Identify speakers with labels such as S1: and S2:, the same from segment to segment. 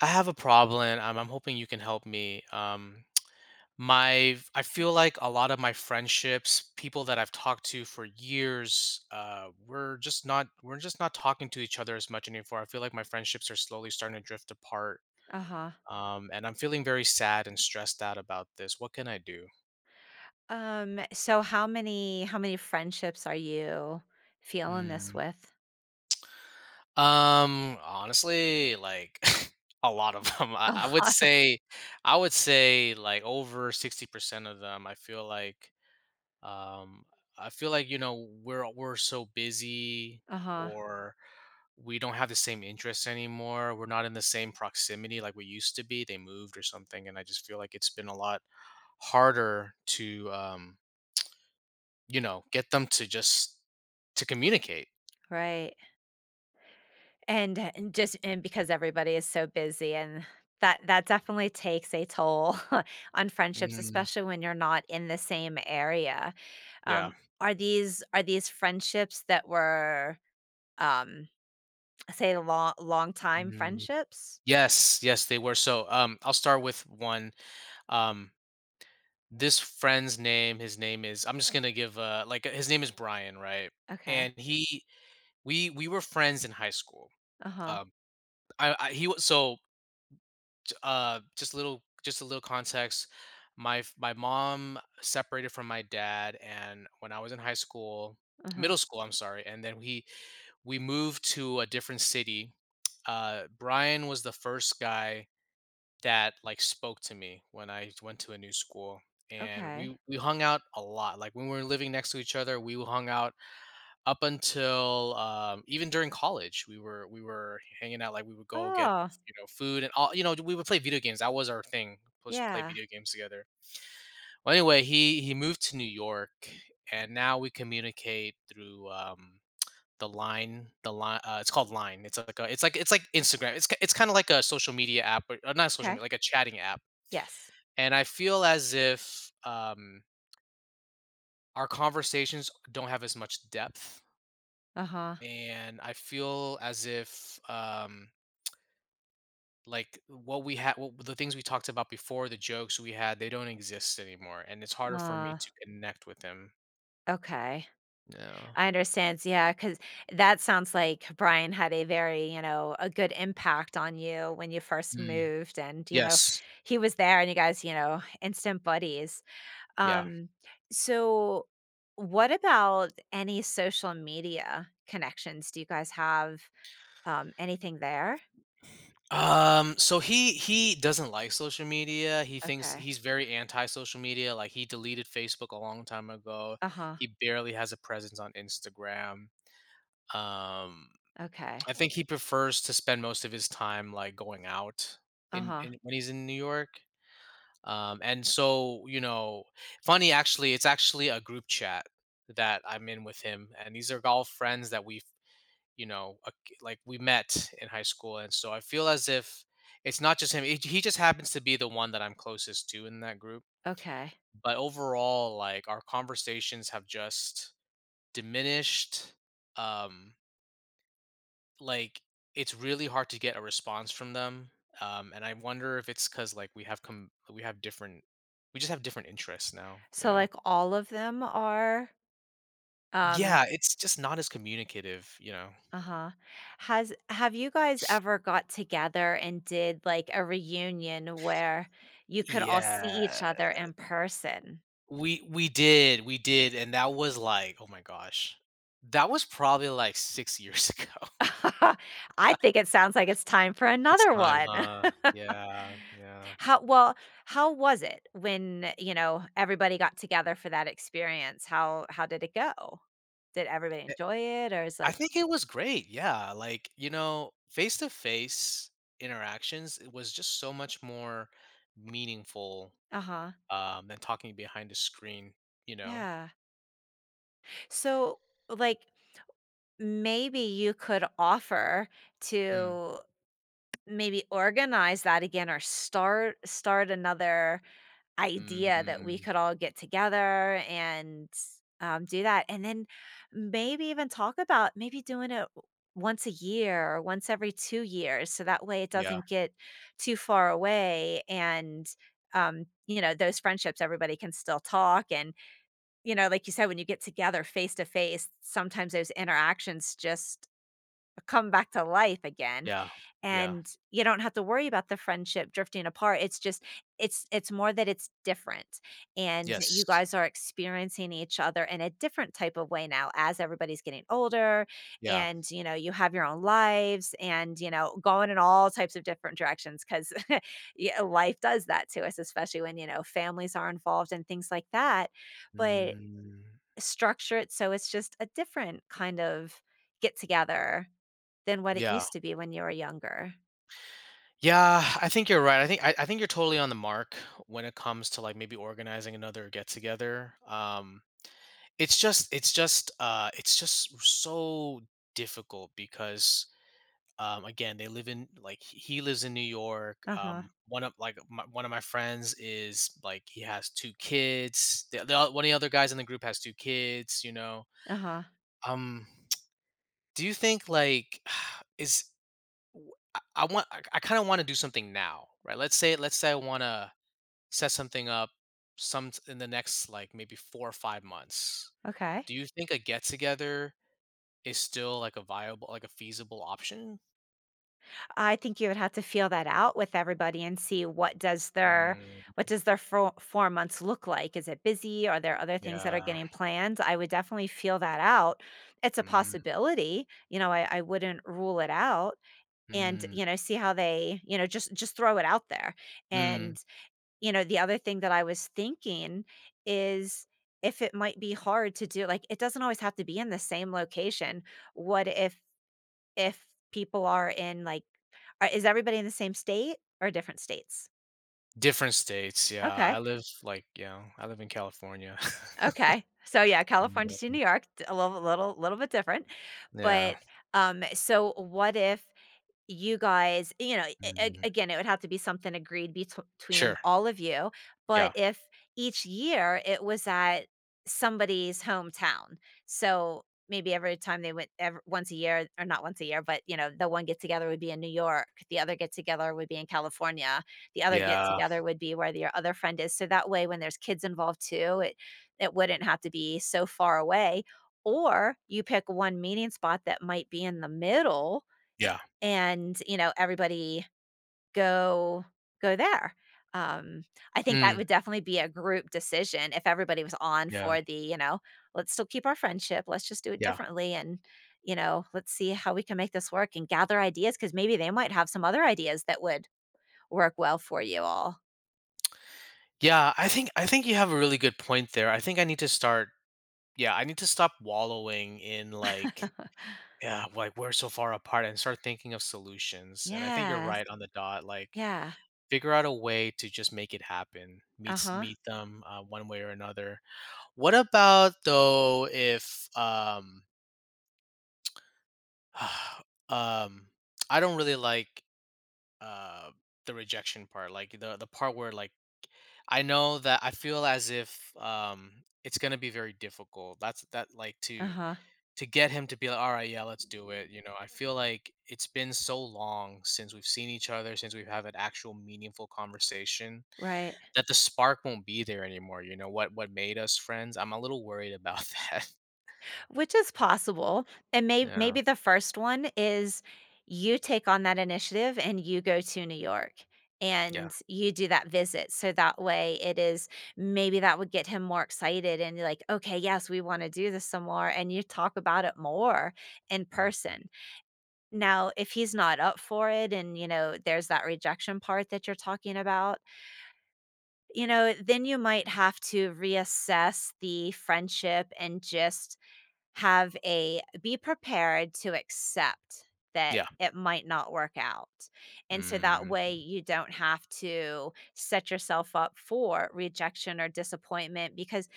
S1: I have a problem. I'm hoping you can help me. My I feel like a lot of my friendships, people that I've talked to for years, we're just not talking to each other as much anymore. I feel like my friendships are slowly starting to drift apart.
S2: Uh-huh.
S1: And I'm feeling very sad and stressed out about this. What can I do?
S2: So how many friendships are you feeling this
S1: Hmm.
S2: with?
S1: Honestly, like a lot of them. I,
S2: A
S1: I would
S2: lot.
S1: say, I would say like over 60% of them. I feel like um we're so busy,
S2: Uh-huh.
S1: or we don't have the same interests anymore, we're not in the same proximity like we used to be, they moved or something, and I just feel like it's been a lot harder to, get them to just to communicate.
S2: Right. And because everybody is so busy and that definitely takes a toll on friendships,
S1: Mm,
S2: especially when you're not in the same area.
S1: yeah.
S2: Um, are these friendships that were um say long time
S1: Mm.
S2: friendships?
S1: Yes, yes, they were. So, I'll start with one. Um this friend's name, his name is, I'm just gonna give, his name is Brian, right?
S2: Okay.
S1: And he, we were friends in high school.
S2: Uh-huh.
S1: Um, I he was so just a little, just a little context. My mom separated from my dad, and when I was in high school,
S2: Uh-huh.
S1: middle school, I'm sorry, and then we moved to a different city. Brian was the first guy that like spoke to me when I went to a new school, and
S2: Okay.
S1: we hung out a lot. Like when we were living next to each other, we hung out up until, even during college, we were hanging out. Like we would go get,
S2: Oh,
S1: you know, food and all. You know, we would play video games. That was our thing. Was to play
S2: yeah.
S1: video games together. Well, anyway, he moved to New York, and now we communicate through, the Line. The Line. It's called Line. It's like a, it's like, it's like Instagram. It's kind of like a social media app, but not social media,
S2: Okay.
S1: like a chatting app.
S2: Yes.
S1: And I feel as if, our conversations don't have as much depth,
S2: Uh-huh.
S1: and I feel as if, like what we had, what the things we talked about before, the jokes we had, they don't exist anymore, and it's harder for me
S2: Uh.
S1: to connect with him.
S2: Okay.
S1: Yeah.
S2: I understand. Yeah, because that sounds like Brian had a very, you know, a good impact on you when you first
S1: Mm,
S2: moved and, you know,
S1: yes.
S2: he was there and you guys, you know, instant buddies.
S1: Yeah.
S2: Um, so what about any social media connections? Do you guys have, anything there?
S1: So he doesn't like social media. He thinks
S2: Okay.
S1: he's very anti social media, like he deleted Facebook a long time ago.
S2: Uh-huh.
S1: He barely has a presence on Instagram. um
S2: Okay.
S1: I think he prefers to spend most of his time like going out in,
S2: Uh-huh.
S1: in when he's in New York. And so, you know, funny actually, it's actually a group chat that I'm in with him, and these are all friends that we've, you know, like we met in high school, and so I feel as if it's not just him. He just happens to be the one that I'm closest to in that group.
S2: Okay.
S1: But overall, like our conversations have just diminished. Um, like it's really hard to get a response from them, and I wonder if it's because like we have different, we just have different interests now, you
S2: So
S1: know?
S2: like all of them are um
S1: Yeah, it's just not as communicative, you know?
S2: uh-huh. Has have you guys ever got together and did like a reunion where you could all see each
S1: Yeah,
S2: other in person?
S1: we did, and that was like, oh my gosh, that was probably like 6 years ago.
S2: I think it sounds like it's time for
S1: It's
S2: another
S1: time,
S2: one.
S1: huh? Yeah, yeah.
S2: How well, how was it when, you know, everybody got together for that experience? How did it go? Did everybody enjoy it or is
S1: I
S2: like,
S1: think it was great. Yeah. Like, you know, face to face interactions, it was just so much more meaningful,
S2: uh-huh.
S1: than talking behind a screen, you know?
S2: Yeah. So like maybe you could offer
S1: Mm.
S2: to maybe organize that again or start another
S1: Mm.
S2: idea that we
S1: Mm.
S2: could all get together and, do that, and then maybe even talk about maybe doing it once a year or once every 2 years so that way it
S1: Yeah.
S2: doesn't get too far away and, you know, those friendships, everybody can still talk and, you know, like you said, when you get together face to face, sometimes those interactions just come back to life again
S1: Yeah. Yeah.
S2: and you don't have to worry about the friendship drifting apart. It's just it's more that it's different and you
S1: Yes.
S2: guys are experiencing each other in a different type of way now as everybody's getting older,
S1: Yeah.
S2: and you know you have your own lives and you know going in all types of different directions cuz yeah, life does that to us, especially when you know families are involved and things like that. But
S1: Mm.
S2: structure it so it's just a different kind of get together than what it
S1: Yeah.
S2: used to be when you were younger.
S1: Yeah, I think you're right. I think you're totally on the mark when it comes to like maybe organizing another get together. It's just so difficult, because, again, they live in like, he lives in New York.
S2: Uh-huh,
S1: One of like my, one of my friends is like, he has two kids. One of the other guys in the group has two kids. You know.
S2: uh-huh,
S1: Um, do you think like is w- I want I kind of want to do something now, right? Let's say I want to set something up, some in the next like maybe 4 or 5 months.
S2: okay.
S1: Do you think a get together is still like a viable, like a feasible option?
S2: I think you would have to feel that out with everybody and see
S1: Mm,
S2: what does their four 4 months look like. Is it busy? Are there other things that are
S1: yeah.
S2: getting planned? I would definitely feel that out. It's a possibility, you know, I wouldn't rule it out and,
S1: Mm,
S2: you know, see how they, you know, just throw it out there.
S1: mm,
S2: And you know, the other thing that I was thinking is, if it might be hard to do, like, it doesn't always have to be in the same location. What if, if people are in like is everybody in the same state or different states?
S1: Different states, yeah. I
S2: Okay.
S1: live, like, you know, I live in California.
S2: Okay. So yeah,
S1: Mm,
S2: California to New York, t- a little bit different.
S1: Yeah.
S2: But so what if you guys, you know, a
S1: mm,
S2: again, it would have to be something agreed between
S1: sure,
S2: all of you,
S1: yeah,
S2: but if each year it was at somebody's hometown, so maybe every time they went ev once a year or not once a year, but, you know, the one get together would be in New York, the other get together would be in California, the other get
S1: yeah,
S2: together would be where your other friend is, so that way when there's kids involved too, it wouldn't have to be so far away, or you pick one meeting spot that might be in the middle
S1: yeah,
S2: and, you know, everybody go go there. Um, I think that
S1: mm,
S2: would definitely be a group decision if everybody was on
S1: yeah,
S2: for the, you know, "Let's still keep our friendship, let's just do it
S1: yeah,
S2: differently, and, you know, let's see how we can make this work and gather ideas because maybe they might have some other ideas that would work well for you all."
S1: yeah, I think, I think you have a really good point there. I think I need to start, yeah, I need to stop wallowing in, like, yeah, like, we're so far apart, and start thinking of solutions, and I think you're
S2: Yes.
S1: right on the dot. Like,
S2: Yeah.
S1: figure out a way to just make it happen.
S2: Uh-huh.
S1: Meet them, one way or another. What about though, if um I don't really like, uh the rejection part, like the part where like, I know that, I feel as if it's gonna be very difficult. That's that Like to
S2: Uh-huh.
S1: to get him to be like, all right, yeah, let's do it. You know, I feel like it's been so long since we've seen each other, since we've had an actual meaningful conversation,
S2: Right.
S1: that the spark won't be there anymore. You know, what made us friends? I'm a little worried about that.
S2: Which is possible, and
S1: Yeah.
S2: maybe the first one is you take on that initiative and you go to New York and you do that visit, so that way it is, maybe that would get him more excited and you're like, "Okay, yes, we wanna do this some more," and you talk about it more in
S1: Yeah.
S2: person. Now, if he's not up for it and, you know, there's that rejection part that you're talking about, you know, then you might have to reassess the friendship and just have a be prepared to accept that
S1: Yeah.
S2: it might not work out. And so that
S1: Mm.
S2: way you don't have to set yourself up for rejection or disappointment, because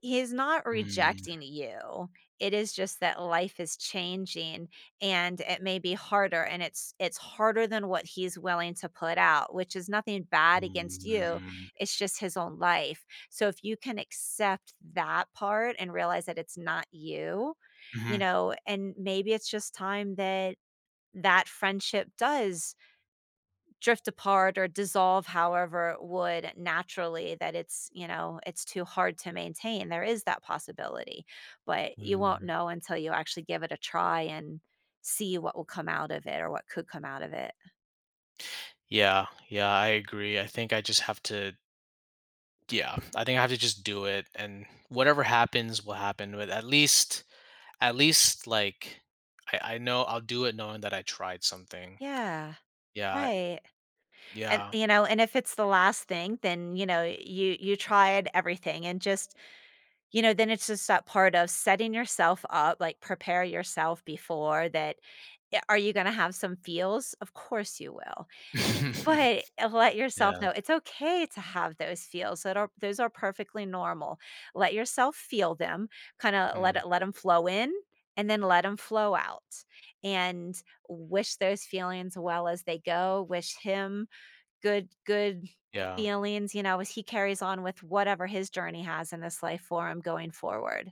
S2: he's not
S1: Mm,
S2: rejecting you. It is just that life is changing and it may be harder and it's harder than what he's willing to put out, which is nothing bad against you.
S1: mm,
S2: It's just his own life. So if you can accept that part and realize that it's not you, you
S1: mhm.
S2: know, and maybe it's just time that friendship does drift apart or dissolve, however it would naturally, that it's, you know, it's too hard to maintain. There is that possibility, but you won't
S1: Mm.
S2: know until you actually give it a try and see what will come out of it or what could come out of it.
S1: Yeah, yeah, I agree. I think I just have to, yeah, I think I have to just do it, and whatever happens will happen, but at least, at least, like, I know I'll do it knowing that I tried something.
S2: Yeah,
S1: Yeah,
S2: right. And
S1: yeah.
S2: you know, and if it's the last thing, then you know, you tried everything and just, you know, then it's just that part of setting yourself up, like, prepare yourself before that. Yeah, are you gonna have some feels? Of course you will, but eh, let yourself
S1: Yeah.
S2: know it's okay to have those feels, that are those are perfectly normal. Let yourself feel them, kinda
S1: mm,
S2: let them flow in, and then let them flow out, and wish those feelings well as they go, wish him good
S1: yeah.
S2: feelings, you know, as he carries on with whatever his journey has in this life for him going forward.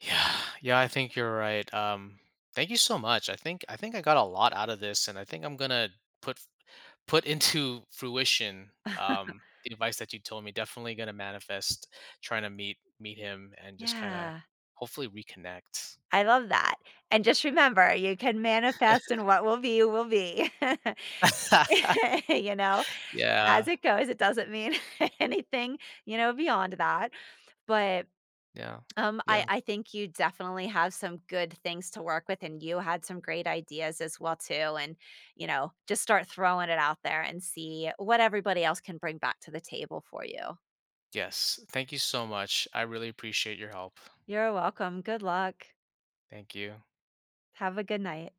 S1: Yeah, yeah, I think you're right. Thank you so much. I think I got a lot out of this, and I think I'm gonna put, put into fruition, the advice that you told me. Definitely going to manifest trying to meet him and just kind of
S2: Yeah,
S1: hopefully reconnect.
S2: I love that, and just remember, you can manifest and what will be will be. You know,
S1: Yeah,
S2: as it goes, it doesn't mean anything, you know, beyond that, but,
S1: yeah,
S2: I
S1: yeah.
S2: I think you definitely have some good things to work with, and you had some great ideas as well too, and, you know, just start throwing it out there and see what everybody else can bring back to the table for you.
S1: Yes. Thank you so much. I really appreciate your help.
S2: You're welcome, good luck.
S1: Thank you.
S2: Have a good night.